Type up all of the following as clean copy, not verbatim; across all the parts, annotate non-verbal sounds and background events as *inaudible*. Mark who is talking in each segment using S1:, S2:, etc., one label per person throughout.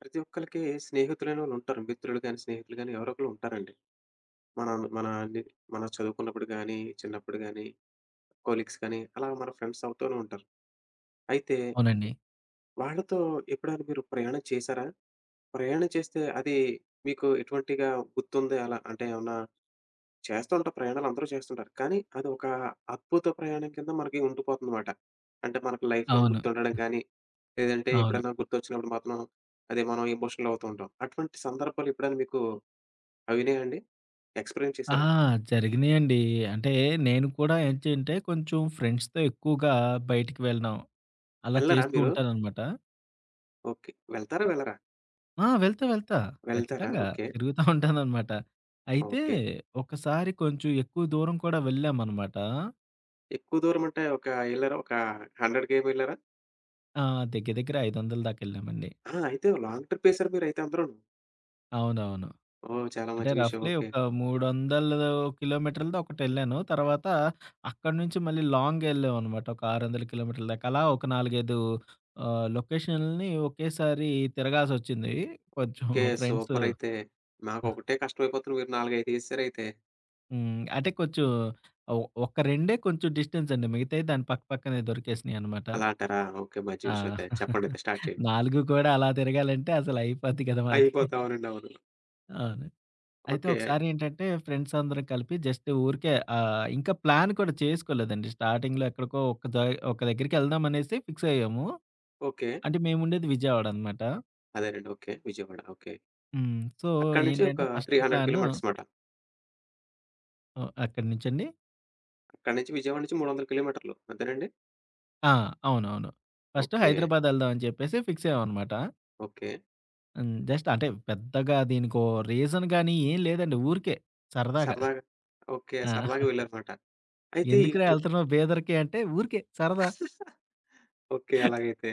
S1: ప్రతి ఒక్కళ్ళకి స్నేహితులనే వాళ్ళుంటారు. మిత్రులు గాని, స్నేహితులు గాని ఎవరో ఒకళ్ళు ఉంటారండి. మన మన అన్ని మన చదువుకున్నప్పుడు గాని, చిన్నప్పుడు గాని, కొలీగ్స్ గాని అలా మన ఫ్రెండ్స్ అవుతూనే ఉంటారు. అయితే
S2: అవునండి.
S1: వాళ్ళతో ఎప్పుడైనా మీరు ప్రయాణం చేశారా? ప్రయాణం చేస్తే అది మీకు ఎటువంటిగా గుర్తుంది అలా? అంటే ఏమన్నా చేస్తూ ఉంటాం, ప్రయాణాలు అందరూ చేస్తుంటారు. కానీ అది ఒక అద్భుత ప్రయాణం కింద మనకి ఉండిపోతుందన్నమాట. అంటే మనకు లైఫ్ లాంగ్
S2: అవును.
S1: గుర్తుండడం గాని, లేదంటే
S2: అవును.
S1: ఎప్పుడైనా గుర్తొచ్చినప్పుడు మాత్రం అదే మనం ఎమోషనల్ అవుతూ ఉంటాం. అటువంటి సందర్భాలు ఎప్పుడైనా మీకు అవినయా అండి? ఎక్స్‌పీరియన్స్
S2: ఆ!
S1: చేసారా?
S2: జరిగినియండి. అంటే నేను కూడా ఏంటంటే కొంచెం ఫ్రెండ్స్‌తో ఎక్కువగా బయటికి వెళ్ళడం అలా
S1: ఎళ్లరా
S2: చేస్తూ
S1: మీరు?
S2: ఉంటాననమాట.
S1: ఓకే. వెళ్తారా? వెళ్ళరా?
S2: వెళ్తా.
S1: వెళ్తారా?
S2: ఖచ్చితంగా
S1: ఓకే.
S2: తిరుగుతా ఉంటాననమాట. అయితే
S1: ఓకే.
S2: ఒకసారి కొంచెం ఎక్కువ దూరం కూడా వెళ్ళామనమాట.
S1: ఎక్కువ దూరం అంటే ఒక ఎళ్లారా? ఒక 100 కేమి ఎళ్లారా?
S2: ఆ! దగ్గర దగ్గర 500 దాకా వెళ్ళామండి.
S1: ఆ, అయితే లాంగ్ ట్రిప్ ఎసారు మీరైతే అందరూను.
S2: అవునవును.
S1: ఓహ్, చాలా
S2: అంటే
S1: మంచి విషయం.
S2: రఫ్‌లీ
S1: ఓకే.
S2: ఒక 300 కిలోమీటర్లదో ఒకటెళ్ళాను. తర్వాత అక్కడి నుంచి మళ్ళీ లాంగ్ ఎళ్ళామనమాట. ఒక 600 కిలోమీటర్ల దాకా. అలా ఒక 4, 5 లొకేషన్‌లని ఒకేసారి తిరగాల్సొచ్చింది. కొంచెం
S1: ఓకే.
S2: ఫ్రెండ్స్.
S1: సూపర్ అయితే. మాకొకటే కష్టమైపోతుంది మీరు 4, 5 ఎసేరైతే.
S2: అంటే కొంచెం ఒ ఒక రెండే కొంచెం డిస్టెన్స్ అండి. మిగతాయి దాని పక్క పక్కనే దొరికేసినాయనమాట.
S1: అలా అంటారా? ఓకే. మంచి విషయం అయితే. చెప్పండయితే, స్టార్ట్ చేయండి.
S2: 4 *laughs* కూడా అలా తిరగాలంటే అసలు అయిపోద్ది కదా మనకి.
S1: అయిపోతా, అవునండి, అవును.
S2: అవును. అయితే
S1: ఓకే.
S2: ఒకసారేంటంటే ఫ్రెండ్స్ అందరం కలిపి జస్ట్ ఊరికే ఇంకా ప్లాన్ కూడా చేసుకోలేదండి. స్టార్టింగ్‌లో ఎక్కడికో ఒక ఒక దగ్గరికి ఎళ్దాం అనేసి ఫిక్స్ అయ్యాము.
S1: ఓకే.
S2: అంటే మేముండేది విజయవాడ అనమాట.
S1: అదేనండి. ఓకే. విజయవాడ. ఓకే.
S2: సో,
S1: అక్కడి నుంచి ఒక
S2: ఏంటంటే ఫస్ట్
S1: 300
S2: ప్లాను
S1: కిలోమీటర్స్ మాట.
S2: అక్కడి నుంచండి.
S1: అక్కడి నుంచి విజయవాడ నుంచి 300 కిలోమీటర్లు. అంతేనండి?
S2: ఆ! అవునవును. First
S1: okay.
S2: హైదరాబాద్ ఎళ్దాం అని చెప్పేసి ఫిక్స్ అయ్యామనమాట.
S1: ఓకే.
S2: జస్ట్ అంటే పెద్దగా దీనికో రీజన్ గాని ఏం లేదండి. ఊరికే సరదాగా.
S1: సరదాగా. ఓకే. సరదాగా
S2: ఆ!
S1: వెళ్లారనమాట. అయితే ఈ
S2: ఎందుకురా
S1: ట్రిప్.
S2: ఎళ్తున్నావు బీదర్‌కి అంటే ఊరికే సరదా.
S1: ఓకే. అలాగైతే.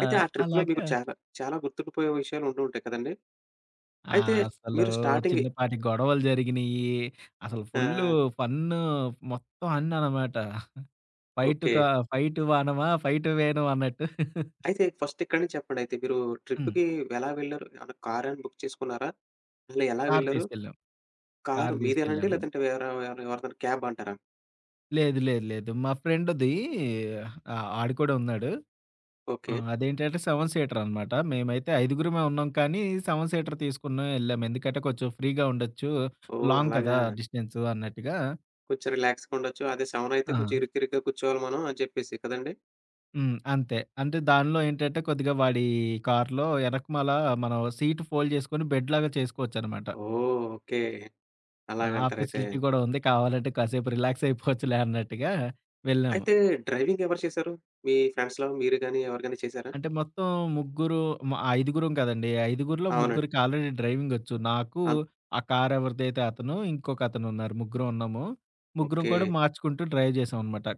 S2: ఆ!
S1: అయితే ఆ ట్రిప్‌లో మీకు
S2: అలాగా.
S1: చాలా, చాలా గుర్తుండిపోయే విషయాలు ఉండి ఉంటాయి కదండీ!
S2: ఆ!
S1: అయితే
S2: అసలు
S1: మీరు స్టార్టింగే.
S2: చిన్నపాటి గొడవలు జరిగినియి. అసలు ఫుల్లు
S1: ఆహ్,
S2: ఫన్ను మొత్తం అన్ననమాట. Fight
S1: okay.
S2: కా ఫైటు వానమా, ఫైటు వేణు అన్నట్టు.
S1: అయితే ఫస్ట్ ఇక్కడి నుంచి చెప్పండయితే. మీరు
S2: హ్మ్.
S1: ట్రిప్‌కి ఎలా వెళ్లారు? ఏమన్నా కార్ ఏమన్నా బుక్ చేసుకున్నారా? అసలు ఎలా
S2: కారు
S1: వెళ్లారు?
S2: తీసుకెళ్ళాం.
S1: కారు
S2: కారు
S1: మీదేనండి?
S2: తీసుకెళ్ళాము.
S1: లేదంటే వేరే ఎవరిదైనా క్యాబ్ అంటారా?
S2: లేదు, లేదు, లేదు. మా ఫ్రెండ్‌ది. ఆడు కూడా ఉన్నాడు.
S1: ఓకే.
S2: అదేంటంటే 7 సీటర్ అనమాట. మేమైతే ఐదుగురమే ఉన్నాం కానీ 7 సీటర్ తీసుకున్నాం, ఎళ్ళాం. ఎందుకంటే కొంచెం ఫ్రీగా ఉండొచ్చు.
S1: ఓహ్,
S2: లాంగ్ కదా
S1: అలాగా.
S2: డిస్టెన్సు అన్నట్టుగా.
S1: కొంచెం రిలాక్స్‌గా ఉండొచ్చు. అదే 7 అయితే
S2: ఆ!
S1: కొంచెం ఇరుకిరుగ్గా కూర్చోవాలి మనం అని చెప్పేసి కదండీ!
S2: హ్మ్. అంతే. అంటే దానిలో ఏంటంటే కొద్దిగా వాడి కార్‌లో ఎనకమాల మనం సీట్ ఫోల్డ్ చేసుకొని బెడ్‌లాగా చేసుకోవచ్చనమాట.
S1: ఓహ్, ఓకే.
S2: ఆ
S1: అలాగంటారైతే.
S2: ఫెసిలిటీ గూడా ఉంది. కావాలంటే కాసేపు రిలాక్స్ అయిపోవచ్చులే అన్నట్టుగా వెళ్ళాము.
S1: అయితే డ్రైవింగ్ ఎవరు చేశారు? మీ ఫ్రెండ్స్‌లో మీరు గాని, ఎవరు గాని చేశారా?
S2: అంటే మొత్తం ముగ్గురు మ ఐదుగురం కదండీ. ఐదుగురిలో
S1: అవునండి.
S2: ముగ్గురికి ఆల్రెడీ డ్రైవింగొచ్చు. నాకు,
S1: అన్
S2: ఆ కార్ ఎవరిదైతే అతను, ఇంకొకతనున్నారు. ముగ్గురం ఉన్నాము. ముగ్గురం
S1: ఓకే.
S2: కూడా మార్చుకుంటూ డ్రైవ్ చేసామనమాట.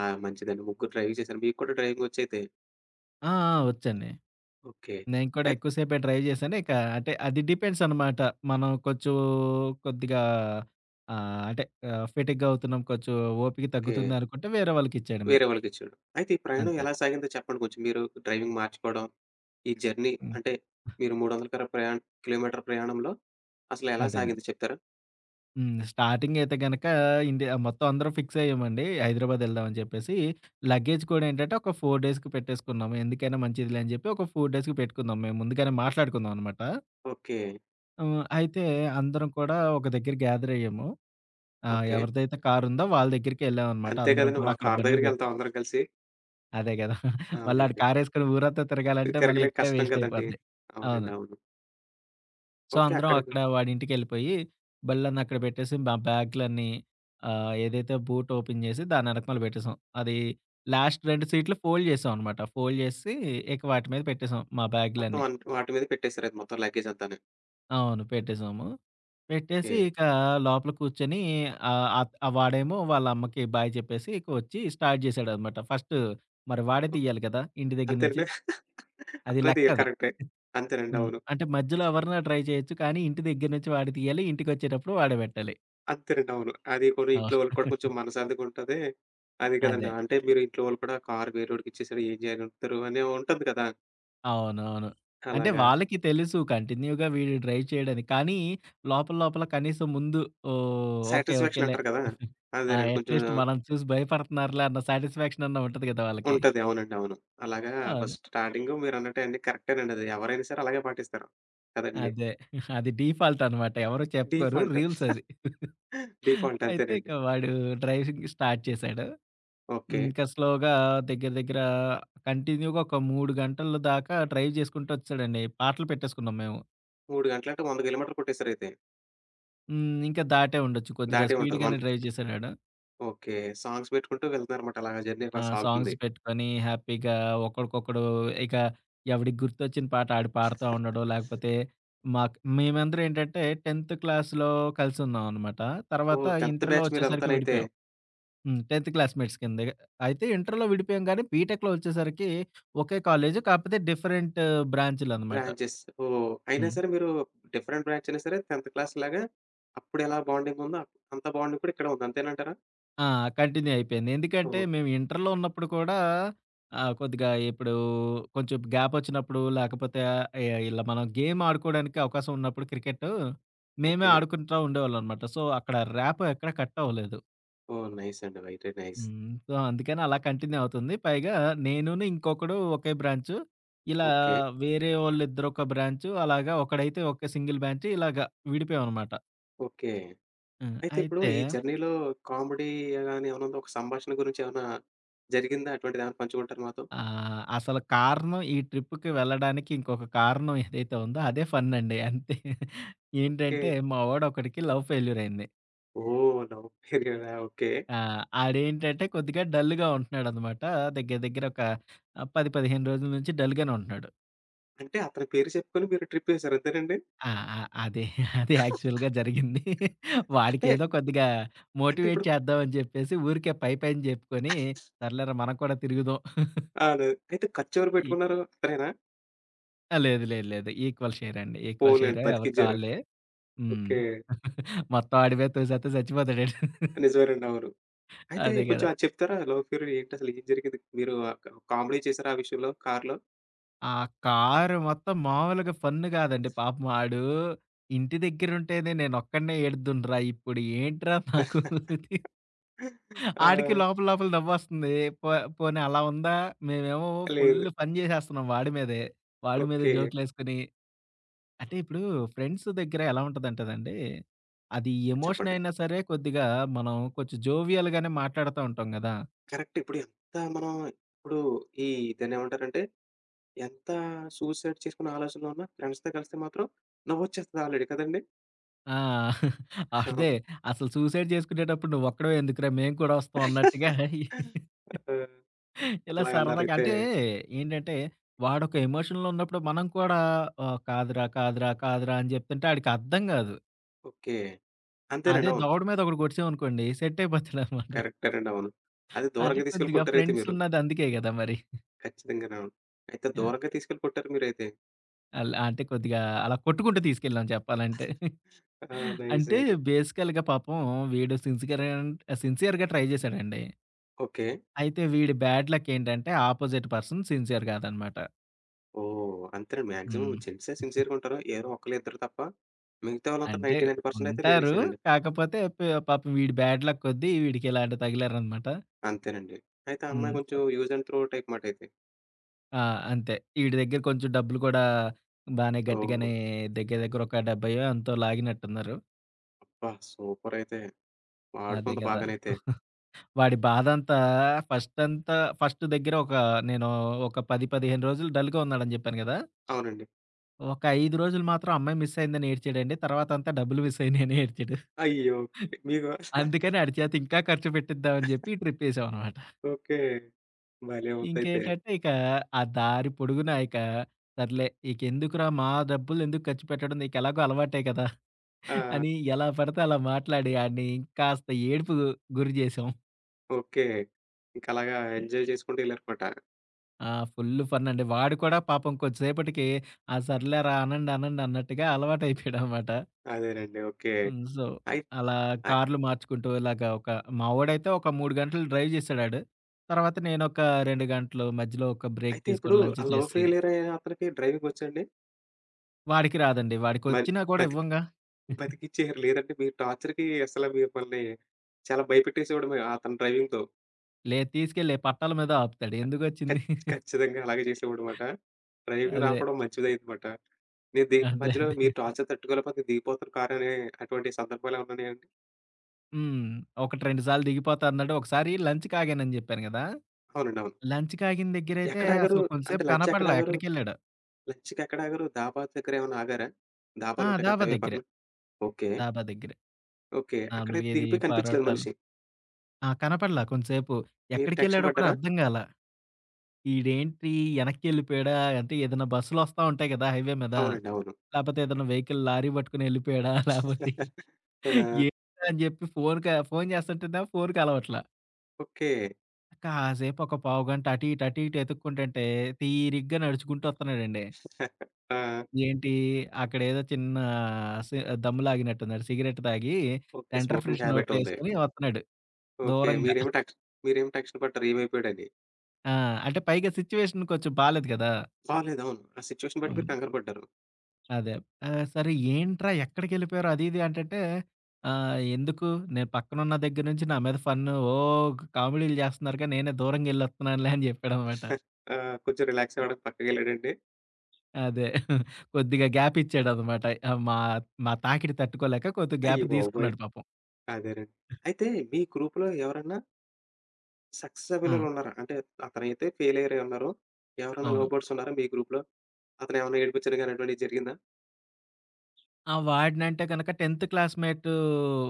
S1: ఆ, మంచిదండి. ముగ్గురు డ్రైవింగ్ చేశారు. మీకు కూడా డ్రైవింగ్ వచ్చైతే.
S2: ఆ! ఆ! వచ్చండి.
S1: ఓకే.
S2: నేను కూడా
S1: అయిత్
S2: ఎక్కువ సేపే డ్రైవ్ చేశాను. ఇక అంటే అది డిపెండ్స్ అనమాట. మనం కొంచెం కొద్దిగా అంటే ఫెటిగ్‌గా అవుతున్నాం, కొంచెం ఓపిక
S1: ఓకే.
S2: తగ్గుతుంది అనుకుంటే వేరే వాళ్ళకిచ్చేయడమే.
S1: వేరే వాళ్ళకిచ్చాడు. అయితే ఈ ప్రయాణం
S2: అంతే.
S1: ఎలా సాగిందో చెప్పండి కొంచెం? మీరు డ్రైవింగ్ మార్చుకోవడం, ఈ జర్నీ
S2: హ్మ్.
S1: అంటే మీరు 300 కర ప్రయాణ్ కిలోమీటర్ ప్రయాణంలో అసలు ఎలా
S2: అదండి.
S1: సాగింది చెప్తారా?
S2: స్టార్టింగ్ అయితే గనక ఇండియా మొత్తం అందరం ఫిక్స్ అయ్యామండి. హైదరాబాద్ ఎళ్దామని చెప్పేసి. లగేజ్ కూడా ఏంటంటే ఒక 4 డేస్‌కి పెట్టేసుకున్నాము. ఎందుకైనా మంచిదిలే అని చెప్పి ఒక 4 డేస్‌కి పెట్టుకున్నాం. మేము ముందుగానే
S1: ఓహ్,
S2: మాట్లాడుకున్నాం అనమాట.
S1: ఓకే.
S2: అయితే అందరం కూడా ఒక దగ్గర గ్యాదర్ అయ్యాము.
S1: ఓకే.
S2: ఎవరిదైతే కారుందో వాళ్ళ దగ్గరికే ఎళ్ళామనమాట.
S1: అంతే
S2: అందరం
S1: కదండీ.
S2: కూడా
S1: ఒక
S2: అక్కడ
S1: కారు
S2: బండ్లు పెట్టి,
S1: దగ్గరికెళ్తాం అందరం కలిసి.
S2: అదే గదా! *laughs* మళ్ళీ ఆడు
S1: అవునండి.
S2: కారేసుకొని ఊరంతా తిరగాలంటే మళ్ళీ
S1: తిరగలేక
S2: ఇక్కడే
S1: కష్టం
S2: వేస్ట్
S1: కదండీ!
S2: అయిపోద్ది.
S1: అవునండి,
S2: అవును.
S1: అవును.
S2: So,
S1: okay.
S2: అందరం
S1: అక్కడ
S2: అక్కడ వాడింటికెళ్ళిపోయి బళ్ళన్నీ అక్కడ పెట్టేసి, మా బ్యాగ్‌లన్నీ ఏదైతే బూట్ ఓపెన్ చేసి దాని ఎనకమాల పెట్టేసాం. అది, లాస్ట్ 2 సీట్లు ఫోల్డ్ చేసామనమాట. ఫోల్డ్ చేసి ఇక వాటి మీద పెట్టేసాం మా
S1: మొత్తం
S2: బ్యాగ్‌లన్నీ.
S1: వాటి మీద పెట్టేసారు అది మొత్తం లగేజ్ అంతాను.
S2: అవును. పెట్టేసాము.
S1: ఓకే.
S2: పెట్టేసి ఇక లోపల కూర్చొని, ఆహ్, అత్ వాడేమో వాళ్ళ అమ్మకి బాయ్ చెప్పేసి ఇక వచ్చి స్టార్ట్ చేసాడనమాట. ఫస్ట్ మరి వాడే
S1: ఓకే.
S2: తీయాలి కదా ఇంటి దగ్గర నుంచి.
S1: అంతేనండి?
S2: అది
S1: అట్లయితే ఈళ్ళు *laughs*
S2: లెక్కది.
S1: కరెక్టే. అంతేనండి, అవును.
S2: అంటే మధ్యలో ఎవరినా ట్రై చేయొచ్చు. కానీ ఇంటి దగ్గర నుంచి వాడు తీయాలి. ఇంటికొచ్చేటప్పుడు వాడే పెట్టాలి.
S1: అంతేనండి, అవును. అది కూడా ఇంట్లో వాళ్ళకి
S2: అవును.
S1: కూడా కొంచెం మనశ్శాంతిగా ఉంటది. అది కదండీ.
S2: అదే.
S1: అంటే మీరు ఇంట్లో వాళ్ళు కూడా కారు వేరేవాడికి ఇచ్చేసారు ఏం చేయనంటారు అని ఉంటది కదా!
S2: అవునవును. అంటే
S1: అలాగా.
S2: వాళ్ళకి తెలుసు కంటిన్యూ‌గా వీడు డ్రైవ్ చేయడని. కానీ లోపల లోపల కనీసం ముందు, ఓహ్, ఓకే,
S1: సాటిస్ఫాక్షన్
S2: ఓకేలే.
S1: అంటారు కదా! అదేనండి. కొంచెం
S2: అట్‌లీస్ట్ మనం చూసి భయపడుతున్నారులే అన్న సాటిస్ఫాక్షన్ అన్నా ఉంటది కదా వాళ్ళకి.
S1: ఉంటది. అవునండి, అవును. అలాగా.
S2: అవును.
S1: ఫస్ట్ స్టార్టింగు మీరన్నట్టే అండి, కరెక్టేనండి అది. ఎవరైనా సరే అలాగే పాటిస్తారు కదండీ!
S2: అదే. అది డిఫాల్ట్ అనమాట. ఎవరు చెప్పుకోరు.
S1: డిఫాల్ట్.
S2: రూల్స్ అది.
S1: డిఫాల్ట్
S2: అయితే
S1: అంతేనండి.
S2: ఇక వాడు డ్రైవింగ్ స్టార్ట్ చేశాడు.
S1: ఓకే.
S2: ఇంకా స్లోగా దగ్గర దగ్గర కంటిన్యూ‌గా ఒక 3 గంటల దాకా డ్రైవ్ చేసుకుంటూ వచ్చాడండి. పాటలు పెట్టేసుకున్నాం మేము.
S1: 3 గంటలంటే 100 కిలోమీటర్లు కొట్టేసారయితే.
S2: ఇంకా దాటే ఉండొచ్చు. కొద్దిగా
S1: దాటే ఉంటది.
S2: స్పీడ్‌గానే
S1: 150.
S2: డ్రైవ్ చేసారాడు.
S1: ఓకే. సాంగ్స్ పెట్టుకుంటూ వెళ్తున్నారన్నమాట. అలాగా జర్నీ బా
S2: సాంగ్స్
S1: సాగుతుంది.
S2: పెట్టుకొని హ్యాపీగా ఒకడికొకడు ఇక ఎవడికి గుర్తొచ్చిన పాట ఆడు పాడుతా ఉండడం. లేకపోతే, మాకు మేమందరం ఏంటంటే 10th క్లాస్‌లో కలిసున్నాం అనమాట. తర్వాత
S1: ఓహ్, 10థ్
S2: ఇంటర్‌లో
S1: బ్యాచ్
S2: వచ్చేసరికి
S1: మీరంతానైతే.
S2: విడిపోయాం. 10th classmates కిందగా. అయితే ఇంటర్‌లో విడిపోయాం గానీ బీటెక్‌లో వచ్చేసరికి ఒకే కాలేజు. కాకపోతే డిఫరెంట్ బ్రాంచ్‌లనమాట.
S1: బ్రాంచెస్. ఓహ్, అయినా
S2: హ్మ్.
S1: సరే మీరు డిఫరెంట్ బ్రాంచ్ అయినా సరే 10థ్ క్లాస్ లాగా అప్పుడు ఎలా బాండింగ్ ఉందో అంత బాండింగ్ కూడా ఇక్కడ ఉంది. అంతేనంటారా?
S2: ఆ! కంటిన్యూ అయిపోయింది. ఎందుకంటే,
S1: ఓహ్!
S2: మేము ఇంటర్‌లో ఉన్నప్పుడు కూడా కొద్దిగా ఇప్పుడు కొంచెం గ్యాపొచ్చినప్పుడు, లేకపోతే ఇలా మనం గేమ్ ఆడుకోవడానికి అవకాశం ఉన్నప్పుడు క్రికెట్టు, మేమే
S1: ఓకే.
S2: ఆడుకుంటా ఉండేవాళ్ళమనమాట. సో, అక్కడ ర్యాప్ ఎక్కడ కట్ అవ్వలేదు.
S1: ఓహ్, నైస్ అండి. Very nice.
S2: సో, అందుకని అలా కంటిన్యూ అవుతుంది. పైగా నేనును, ఇంకొకడు ఒకే బ్రాంచు. ఇలా
S1: ఓకే.
S2: వేరే వాళ్ళిద్దరొక బ్రాంచు. అలాగా ఒకడైతే ఒక సింగిల్ బ్రాంచు. ఇలాగా విడిపోయామనమాట.
S1: ఓకే. అయితే ఇప్పుడు
S2: అయితే,
S1: ఈ జర్నీలో కామెడీ గాని ఏమైనా ఉందా? ఒక సంభాషణ గురించి ఏమైనా జరిగిందా? అటువంటిదేమైనా పంచుకుంటారా మాతో?
S2: ఆ! అసలు కారణం ఈ ట్రిప్‌కి వెళ్ళడానికి ఇంకొక కారణం ఏదైతే ఉందో అదే ఫన్ అండి. అంతే.
S1: ఓకే.
S2: ఏంటంటే మా వాడొకడికి లవ్ ఫెయిల్యూర్ అయింది.
S1: ఓహ్, లవ్ ఫెయిల్యూరా? *laughs* ఓకే.
S2: ఆ! ఆడేంటంటే కొద్దిగా డల్‌గా ఉంటున్నాడనమాట. దగ్గర దగ్గర ఒక 10, 15 రోజుల నుంచి డల్‌గానే ఉంటున్నాడు.
S1: అంటే అతని పేరు చెప్పుకొని మీరు ట్రిప్ ఏసారు అంతేనండి?
S2: ఆ! ఆ! అదే. అదే యాక్చువల్‌గా జరిగింది.
S1: అంటే,
S2: వాడికేదో కొద్దిగా
S1: అంటే
S2: మోటివేట్
S1: ఇప్పుడు
S2: చేద్దామని చెప్పేసి ఊరికే పై పైన చెప్పుకొని, సర్లేరా మనం కూడా తిరుగుదాం.
S1: ఆదే. అయితే ఖర్చెవరు
S2: ఈ
S1: పెట్టుకున్నారు? అతనేనా?
S2: లేదు లేదు లేదు. ఈక్వల్ షేర్ అండి. ఈక్వల్
S1: పోన్లెండి,
S2: షేరే ఎవరికీ
S1: బతికిచ్చారు.
S2: ఆళ్ళే. హ్మ్.
S1: ఓకే.
S2: మొత్తం ఆడి మీద తోసేస్తే చచ్చిపోతాడు ఈడు. *laughs*
S1: నిజమేనండి, అవును. అయితే
S2: అదే
S1: కొంచెం
S2: కదా!
S1: అది చెప్తారా? లవ్ ఫెయిల్యూర్ ఏంటసలు ఏం జరిగింది? మీరు ఆహ్, క కామెడీ చేసారా ఆ విషయంలో కార్‌లో?
S2: ఆ కారు మొత్తం మామూలుగా ఫన్ కాదండి. పాపం ఆడు ఇంటి దగ్గరుంటేనే నేనొక్కడినే ఏడుదునురా ఇప్పుడు ఏంట్రా నాకు.
S1: *laughs*
S2: *laughs*
S1: ఆ!
S2: ఆడికి లోపల లోపల నవ్వొస్తుంది. పో పోనీ అలా ఉందా? మేమేమో ఫుల్
S1: లేదు.
S2: ఫన్ చేసేస్తున్నాం వాడి మీదే. వాడి మీద
S1: ఓకే.
S2: జోకులేసుకొని, అంటే ఇప్పుడు ఫ్రెండ్స్ దగ్గర ఎలా ఉంటదంటేనండి, అది ఎమోషన్
S1: చెప్పండి.
S2: అయినా సరే కొద్దిగా మనం కొంచెం జోవియల్‌గానే మాట్లాడుతా ఉంటాం గదా!
S1: కరెక్ట్. ఇప్పుడు ఎంత మనం ఇప్పుడు ఈ దాన్నేమంటారంటే, ఎంత సూసైడ్ చేసుకునే ఆలోచనలో ఉన్నా ఫ్రెండ్స్‌తో కలిస్తే మాత్రం నవ్వొచ్చేస్తది ఆల్రెడీ కదండీ!
S2: ఆ!
S1: అవును.
S2: అదే. అసలు సూసైడ్ చేసుకునేటప్పుడు నువ్వొక్కడివే ఎందుకురా! మేము కూడా వస్తాం అన్నట్టుగా
S1: *laughs* ఆ!
S2: ఇలా
S1: అలా
S2: సరదాగా.
S1: అన్నారైతే.
S2: అంటే ఏంటంటే, వాడొక ఎమోషన్‌లో ఉన్నప్పుడు మనం కూడా కాదురా, కాదురా, కాదురా అని జెప్తుంటే ఆడికి అర్థం గాదు.
S1: ఓకే.
S2: అదే
S1: అంతేనండి, అవును.
S2: దవడ మీద ఒకటి కొట్టేసామనుకోండి సెట్ అయిపోతాడనమాట.
S1: కరెక్టేనండి, అవును. అది
S2: అంటే
S1: దూరంగా తీసుకెళ్ళి
S2: కొద్దిగా
S1: కొట్టారైతే
S2: ఫ్రెండ్స్
S1: మీరు.
S2: ఉన్నది అందుకే గదా మరి.
S1: ఖచ్చితంగానవును. అయితే
S2: ఆ!
S1: దూరంగా తీసుకెళ్ళి కొట్టారు మీరైతే.
S2: అల్ అంటే కొద్దిగా అలా కొట్టుకుంటూ తీసుకెళ్ళాం చెప్పాలంటే.
S1: ఆ,
S2: అంటే
S1: నైసండి.
S2: బేసికల్‌గా పాపం, వీడు సిన్సియర్‌గా ట్రై జేశాడండి.
S1: ఓకే.
S2: అయితే వీడి బ్యాడ్ లక్ ఏంటంటే అపోజిట్ పర్సన్ సిన్సియర్ కాదనమాట.
S1: ఓహ్, అంతేనండి. మాక్సిమం
S2: హ్మ్.
S1: జెంట్సే సిన్సియర్‌గా ఉంటారు. ఎవరో ఒకళ్ళిద్దరు తప్ప మిగతా వాళ్ళంతా
S2: అంటే
S1: 99% అయితే
S2: ఉంటారు.
S1: లేడీసేనండి.
S2: కాకపోతే పాపం వీడి బ్యాడ్ లక్ కొద్దీ వీడికి ఇలాంటి తగిలారనమాట.
S1: అంతేనండి. అయితే ఆ అమ్మాయి
S2: హ్మ్.
S1: కొంచెం యూజ్ అండ్ త్రో టైప్ మాటయితే.
S2: ఆ! అంతే. ఈడి దగ్గర కొంచెం డబ్బులు కూడా బానే
S1: ఓహ్!
S2: గట్టిగానే దగ్గర దగ్గర ఒక 70 ఎంతో లాగినట్టున్నారు.
S1: అబ్బా, సూపరయితే.
S2: అదే
S1: వాడుకుంది
S2: గదా!
S1: బాగానైతే.
S2: వాడి బాధంతా ఫస్ట్ అంతా ఫస్ట్ దగ్గర ఒక, నేను ఒక 10, 15 రోజులు డల్‌గా ఉన్నాడని జెప్పాను గదా!
S1: అవునండి.
S2: ఒక 5 రోజులు మాత్రం అమ్మాయి మిస్ అయిందని ఏడ్చాడండి. తర్వాతంతా డబ్బులు మిస్ అయినాయని ఏడ్చాడు.
S1: అయ్యో, ఓకే. మీకు.
S2: అందుకని ఆడి చేత ఇంకా ఖర్చు పెట్టిద్దామని జెప్పి ట్రిప్పేసామనమాట.
S1: ఓకే. భలే ఉందయితే.
S2: ఇంకేంటంటే, ఇక ఆ దారి పొడుగునా ఇక సర్లే ఇకెందుకురా మా డబ్బులెందుకు ఖర్చు పెట్టడం నీకెలాగో అలవాటే కదా,
S1: ఆ!
S2: అని ఎలా పడితే అలా మాట్లాడి ఆడిని ఇంకాస్త ఏడుపుకు గురి జేశాం.
S1: ఓకే. ఇంకలాగా ఎంజాయ్ చేసుకుంటూ ఎళ్లారనమాట.
S2: ఫుల్లు ఫన్నండి. వాడు కూడా పాపం కొద్దిసేపటికి ఆ సర్లేరా అనండి, అనండి అన్నట్టుగా అలవాటయిపోయాడనమాట.
S1: అదేనండి. ఓకే.
S2: సో,
S1: అయి
S2: అలా
S1: అయి
S2: కార్లు మార్చుకుంటూ ఇలాగ ఒక, మావోడైతే ఒక 3 గంటలు డ్రైవ్ చేసాడాడు. తర్వాత నేనొక 2 గంటలు మధ్యలో ఒక బ్రేక్
S1: అయితే ఇప్పుడు
S2: తీసుకొని లంచ్
S1: ఆ లవ్
S2: చేసి,
S1: ఫెయిల్యూర్ అయిన అతనికి డ్రైవింగ్ వచ్చండి?
S2: వాడికి రాదండి.
S1: మరి
S2: వాడికొచ్చినా కూడా
S1: బతికి
S2: ఇవ్వంగా.
S1: బతికిచ్చేయరు లేదంటే మీ టార్చర్‌కి అసల మిమ్మల్ని చాలా భయపెట్టేసేవాడు మీ అతని డ్రైవింగ్‌తో.
S2: లేదు తీసుకెళ్ళి పట్టాల మీద ఆపుతాడు. ఎందుకొచ్చింది?
S1: ఖచ్ ఖచ్చితంగా అలాగే చేసేవాడనమాట. డ్రైవింగ్
S2: అదే.
S1: రాకపోవడం మంచిదయిందనమాట. నేను ది మధ్యలో మీరు
S2: అదే.
S1: టార్చర్ తట్టుకోలేకపోతే దిగిపోతాను కారు అనే అటువంటి సందర్భాలేమన్నా ఉన్నాయండి?
S2: హ్మ్. ఒకటి 2 సార్లు దిగిపోతా అన్నాడు. ఒకసారి లంచ్‌కి ఆగానని చెప్పాను గదా!
S1: అవునండి, అవును.
S2: లంచ్‌కి ఆగిన దగ్గరైతే
S1: ఎక్కడ ఆగారు?
S2: అసలు
S1: అంటే
S2: కొంతసేపు
S1: లంచ్ ఎక్కడ
S2: కనపడలా
S1: ఆగారు?
S2: ఎక్కడికెళ్ళాడో.
S1: లంచ్‌కి ఎక్కడ ఆగారు? ధాబా దగ్గర ఏమన్నా ఆగారా?
S2: ఆ!
S1: ధాబాలుంటాయి కదా!
S2: డాబా
S1: హైవే
S2: దగ్గరే.
S1: పక్కన. ఓకే.
S2: డాబా దగ్గరే.
S1: ఓకే. అక్కడైతే
S2: నార్మల్‌గా ఏది
S1: దిగిపోయి కనిపించలేదు
S2: పరోటాలు
S1: మనిషి.
S2: కనపడలా కొంతసేపు.
S1: మీరు టెన్షన్
S2: ఎక్కడికెళ్ళాడో కూడా
S1: పడ్డారా?
S2: అర్థం గాలా. ఈడేంటి ఎనక్కెళ్ళిపోయాడా? అంటే ఏదైనా బస్సులొస్తా ఉంటాయి గదా హైవే మీద.
S1: అవునండి, అవును.
S2: లేపోతే ఏదైనా వెహికల్ లారీ పట్టుకొని ఎళ్ళిపోయాడా? లేపోతే ఏంటా
S1: *laughs* ఆ!
S2: *laughs* అని జెప్పి ఫోన్ జేస్తుంటేనేమో ఫోన్ కలవట్లా.
S1: ఓకే.
S2: కాసేపు ఒక పావుగంట అటు ఇటు, అటు ఇటు ఎతుక్కుంటుంటే తీరిగ్గా నడుచుకుంటూ ఒత్తన్నాడండి.
S1: *laughs* ఆ!
S2: ఏంటి అక్కడేదో చిన్న సి దమ్ములాగినట్టున్నాడు. సిగరెట్ తాగి
S1: okay.
S2: Centre
S1: smoking
S2: fresh
S1: habit
S2: నోట్లో
S1: ఉంది.
S2: యేసుకొని ఒత్తన్నాడు
S1: ఓకే.
S2: దూరంగా.
S1: మీరేమో టెన్షన్ పడ్డారు ఏమైపోయాడని.
S2: ఆ! అంటే పైగా సిట్యుయేషన్ కొంచెం బాలేదు గదా!
S1: బాలేదు, అవును. ఆ సిట్యుయేషన్ బట్టి మీరు
S2: హ్మ్.
S1: కంగారు పడ్డారు.
S2: అదే. సరే ఏంట్రా ఎక్కడికెళ్ళిపోయారు అది ఇది అంటంటే, ఆహ్, ఎందుకు నేను పక్కనున్న దగ్గర నుంచి నా మీద ఫన్ను ఓ కామెడీలు చేస్తున్నారుగా నేనే దూరంగెళ్ళొస్తున్నానులే అని చెప్పాడనమాట.
S1: ఆ, కొంచెం రిలాక్స్ అవ్వడానికి పక్కకెళ్ళాడండి.
S2: అదే. కొద్దిగా గ్యాప్ ఇచ్చాడనమాట. ఆహ్, మా మా తాకిడి తట్టుకోలేక కొద్దిగా
S1: అయ్య
S2: గ్యాప్
S1: బాబోయ్!
S2: తీసుకున్నాడు పాపం.
S1: అదేనండి. అయితే మీ గ్రూప్‌లో ఎవరన్నా సక్సెస్
S2: ఆ!
S1: అవ్వినోళ్ళున్నారా? అంటే అతనైతే ఫెయిల్ అయ్యారన్నారు. ఎవరైనా లవ్
S2: అవును.
S1: బర్డ్స్ ఉన్నారా మీ గ్రూప్‌లో? అతను ఏమన్నా ఏడిపించడం గాని అటువంటిది జరిగిందా?
S2: వాడినంటే గనక 10th క్లాస్‌మేట్,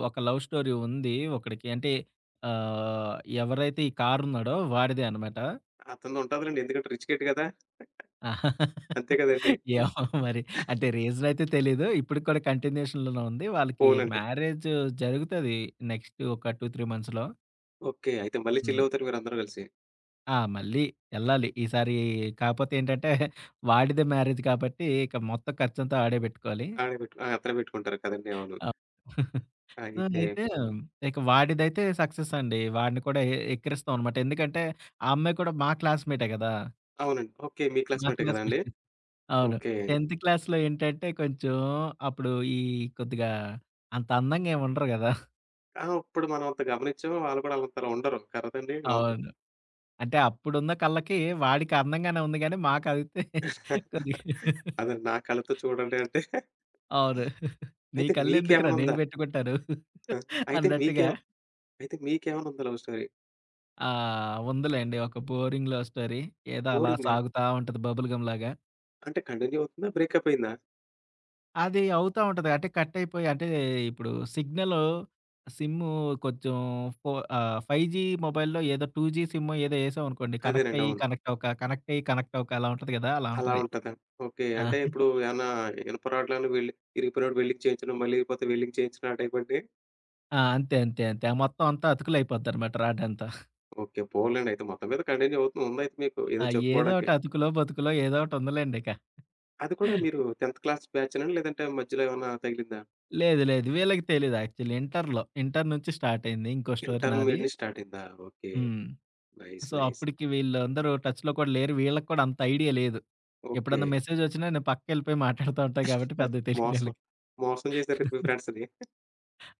S2: ఒక లవ్ స్టోరీ ఉంది ఒకడికి. అంటే, ఆహ్, ఎవరైతే ఈ కారున్నాడో వాడిదే అనమాట.
S1: అతనిది ఉంటాదిలెండి. ఎందుకంటే రిచ్ కిడ్ కదా!
S2: *laughs* ఆహా!
S1: అంతే కదండీ.
S2: ఏమో మరి. అంటే రీజన్ అయితే తెలీదు. ఇప్పటికి కూడా కంటిన్యూషన్‌లోనే ఉంది. వాళ్ళకి
S1: పోన్లెండి.
S2: మ్యారేజ్ జరుగుతది నెక్స్ట్ ఒక 2, 3 మంత్స్‌లో.
S1: ఓకే. అయితే మళ్ళీ చిల్
S2: హ్మ్.
S1: అవుతారు మీరందరూ కలిసి.
S2: ఆ! మళ్ళీ ఎళ్ళాలి. ఈసారి కాపోతే ఏంటంటే *laughs* వాడిదే మ్యారేజ్ కాబట్టి ఇక మొత్తం ఖర్చంతా ఆడే పెట్టుకోవాలి.
S1: ఆడబెట్టు ఆ! అతనే పెట్టుకుంటారు కదండీ, అవును.
S2: అ! *laughs* సో,
S1: అయితే.
S2: అయితే ఇక వాడిదైతే సక్సెస్ అండి. వాడిని కూడా ఎక్కిరిస్తాం అనమాట. ఎందుకంటే ఆ అమ్మాయి కూడా మా క్లాస్‌మేటే గదా!
S1: అవునండి. ఓకే. మీ
S2: మా
S1: క్లాస్‌మేటే గదండీ!
S2: క్లాస్‌మేట్. అవును.
S1: ఓకే.
S2: 10th క్లాస్‌లో ఏంటంటే కొంచెం అప్పుడు ఈ కొద్దిగా అంత అందంగా ఏమి ఉండరు గదా!
S1: ఆ, ఇప్పుడు మనం అంత గమనించాం. వాళ్ళు కూడా అంతలా ఉండరు. కరదండి, అవును.
S2: అవును. అంటే అప్పుడున్న కళ్ళకి వాడికి అందంగానే ఉంది గానీ మాకైతే కొద్దిగా.
S1: అదండి. నా కళ్ళతో చూడండి అంటే
S2: అవును. నీ
S1: అయితే
S2: కళ్ళెందుకురా
S1: మీకేమైనా
S2: నేను
S1: ఉందా?
S2: పెట్టుకుంటాను
S1: ఆ! అయితే మీకే
S2: అన్నట్టుగా.
S1: అయితే మీకేమైనా ఉందా లవ్ స్టోరీ?
S2: ఆ! ఉందిలేండి ఒక బోరింగ్ లవ్ స్టోరీ. ఏదో అలా
S1: బోరింగా?
S2: సాగుతా ఉంటది బబుల్ గమ్ లాగా.
S1: అంటే కంటిన్యూ అవుతుందా? బ్రేకప్ అయిందా?
S2: అది అవుతా ఉంటది. అంటే కట్ అయిపోయి అంటే ఇప్పుడు సిగ్నల్ సిమ్ము కొంచెం ఫో 5G మొబైల్‌లో ఏదో 2G సిమ్మో ఏదో ఏసామనుకోండి. కనెక్ట్
S1: అదేనండి,
S2: అయ్యి,
S1: అవును.
S2: కనెక్ట్ అవ్వక, కనెక్ట్ అయ్యి, కనెక్ట్ అవ్వక అలా ఉంటది గదా! అలా
S1: అలా
S2: ఉంటది.
S1: ఉంటదా? ఓకే. అంటే
S2: ఆ!
S1: ఇప్పుడు ఏమన్నా ఇనుప రాడ్‌లను వెల్డింగ్ ఇరిగిపోయినప్పుడు వెల్డింగ్ చేయించడం, మళ్ళీ ఇరిగిపోతే వెల్డింగ్ చేయించడం ఆ టైపండి?
S2: ఆ! అంతే, అంతే, అంతే. ఆ మొత్తం అంతా అతుకులయిపోద్దనమాట రాడంతా.
S1: ఓకే. పోన్లేండి. అయితే మొత్తం మీద కంటిన్యూ అవుతుంది ఉందయితే మీకు
S2: ఆ!
S1: ఏదో
S2: ఏదో
S1: చెప్పుకోవడానికి.
S2: ఒకటి అతుకులో, బతుకులో ఏదో ఒకటి ఉందిలేండి ఇక.
S1: అది కూడా మీరు 10థ్ క్లాస్ బ్యాచేనా? లేదంటే మధ్యలో ఏమన్నా తగిలిందా?
S2: లేదు, లేదు. వీళ్ళకి తెలీదు యాక్చువల్లీ ఇంటర్‌లో. ఇంటర్ నుంచి స్టార్ట్ అయింది ఇంకో స్టోరీ నాది.
S1: ఇంటర్మీడియేట్ నుంచి స్టార్ట్ అయిందా? ఓకే.
S2: హ్మ్.
S1: Nice,
S2: so,
S1: nice.
S2: అప్పటికి వీళ్ళందరూ టచ్‌లో కూడా లేరు. వీళ్ళకి కూడా అంత ఐడియా లేదు.
S1: ఓకే.
S2: ఎప్పుడన్నా మెసేజొచ్చినా నేను పక్కకెళ్ళిపోయి మాట్లాడుతా ఉంటా గాబట్టి పెద్దగా తెలీదు
S1: మోసం.
S2: ఆళ్ళకి.
S1: మోసం చేసారు మీ ఫ్రెండ్స్‌ని.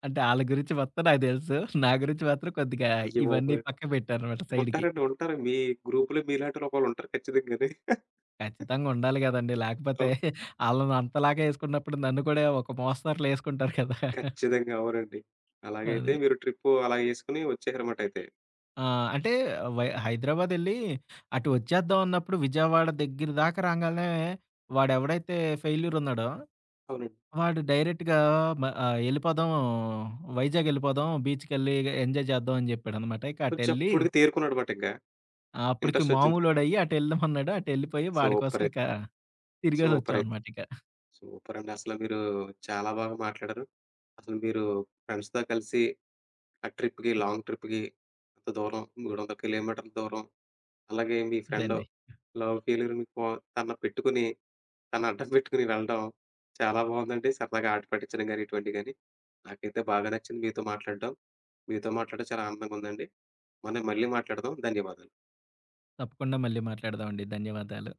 S2: అంటే ఆళ్ళ గురించి మొత్తం నాకు తెలుసు. నా గురించి మాత్రం కొద్దిగా
S1: అయ్య
S2: ఇవన్నీ
S1: బాబోయ్!
S2: పక్కకు పెట్టాననమాట సైడ్‌కి.
S1: ఉంటారండి, ఉంటారు. మీ గ్రూప్‌లో మీలాంటోళ్ళొకళ్ళు ఉంటారు ఖచ్చితంగానే.
S2: ఖచ్చితంగా ఉండాలి గదండీ! లేకపోతే
S1: అవును.
S2: ఆళ్ళని అంతలాగా యేసుకున్నప్పుడు నన్ను కూడా ఒక మోస్తరులో యేసుకుంటారు కదా!
S1: ఖచ్చితంగా, అవునండి. అలాగైతే
S2: అదే.
S1: మీరు ట్రిప్పు అలా యేసుకొని వచ్చేసారన్నమాట అయితే.
S2: ఆ! అంటే హైదరాబాదెళ్లి అటు వచ్చేద్దాం అన్నప్పుడు విజయవాడ దగ్గర దాకా రాంగాల్నే, వాడెవడైతే ఫెయిల్యూర్ ఉన్నాడో
S1: అవునండి.
S2: వాడు డైరెక్ట్‌గా "ఎళ్ళిపోదాం వైజాగ్ ఎళ్ళిపోదాం. బీచ్‌కెళ్ళి ఎంజాయ్ చేద్దాం" అని చెప్పాడనమాట. ఇక
S1: కొంచెం
S2: అటెళ్ళి,
S1: అప్పటికి తేరుకున్నాడన్నమాట ఇంక.
S2: అప్పటికి
S1: ఇంట్రెస్టొచ్చింది.
S2: మామూలోడయ్యి అటెళ్ళమన్నాడు. అటెళ్ళిపోయి వాడి కోసం
S1: సూపరైతే.
S2: ఇక
S1: సూపరైతే.
S2: తిరిగేసొచ్చామనమాట ఇక.
S1: సూపరండి. అసలు మీరు చాలా బాగా మాట్లాడారు. అసలు మీరు ఫ్రెండ్స్‌తో కలిసి ఆ ట్రిప్‌కి, లాంగ్ ట్రిప్‌కి అంత దూరం 300 కిలోమీటర్ల దూరం. అలాగే మీ
S2: అదే
S1: ఫ్రెండ్
S2: అండి.
S1: లవ్ ఫెయిల్యూర్ మీకు తన పెట్టుకొని, తన అడ్డం పెట్టుకొని వెళ్ళడం చాలా బాగుందండి. సరదాగా ఆట పట్టించడం గాని, ఇటువంటివి గాని. నాకైతే బాగా నచ్చింది మీతో మాట్లాడడం. మీతో మాట్లాడడం చాలా ఆనందంగా ఉందండి. మనం మళ్ళీ మాట్లాడదాం. ధన్యవాదాలు.
S2: తప్పకుండా మళ్ళీ మాట్లాడదామండి. ధన్యవాదాలు.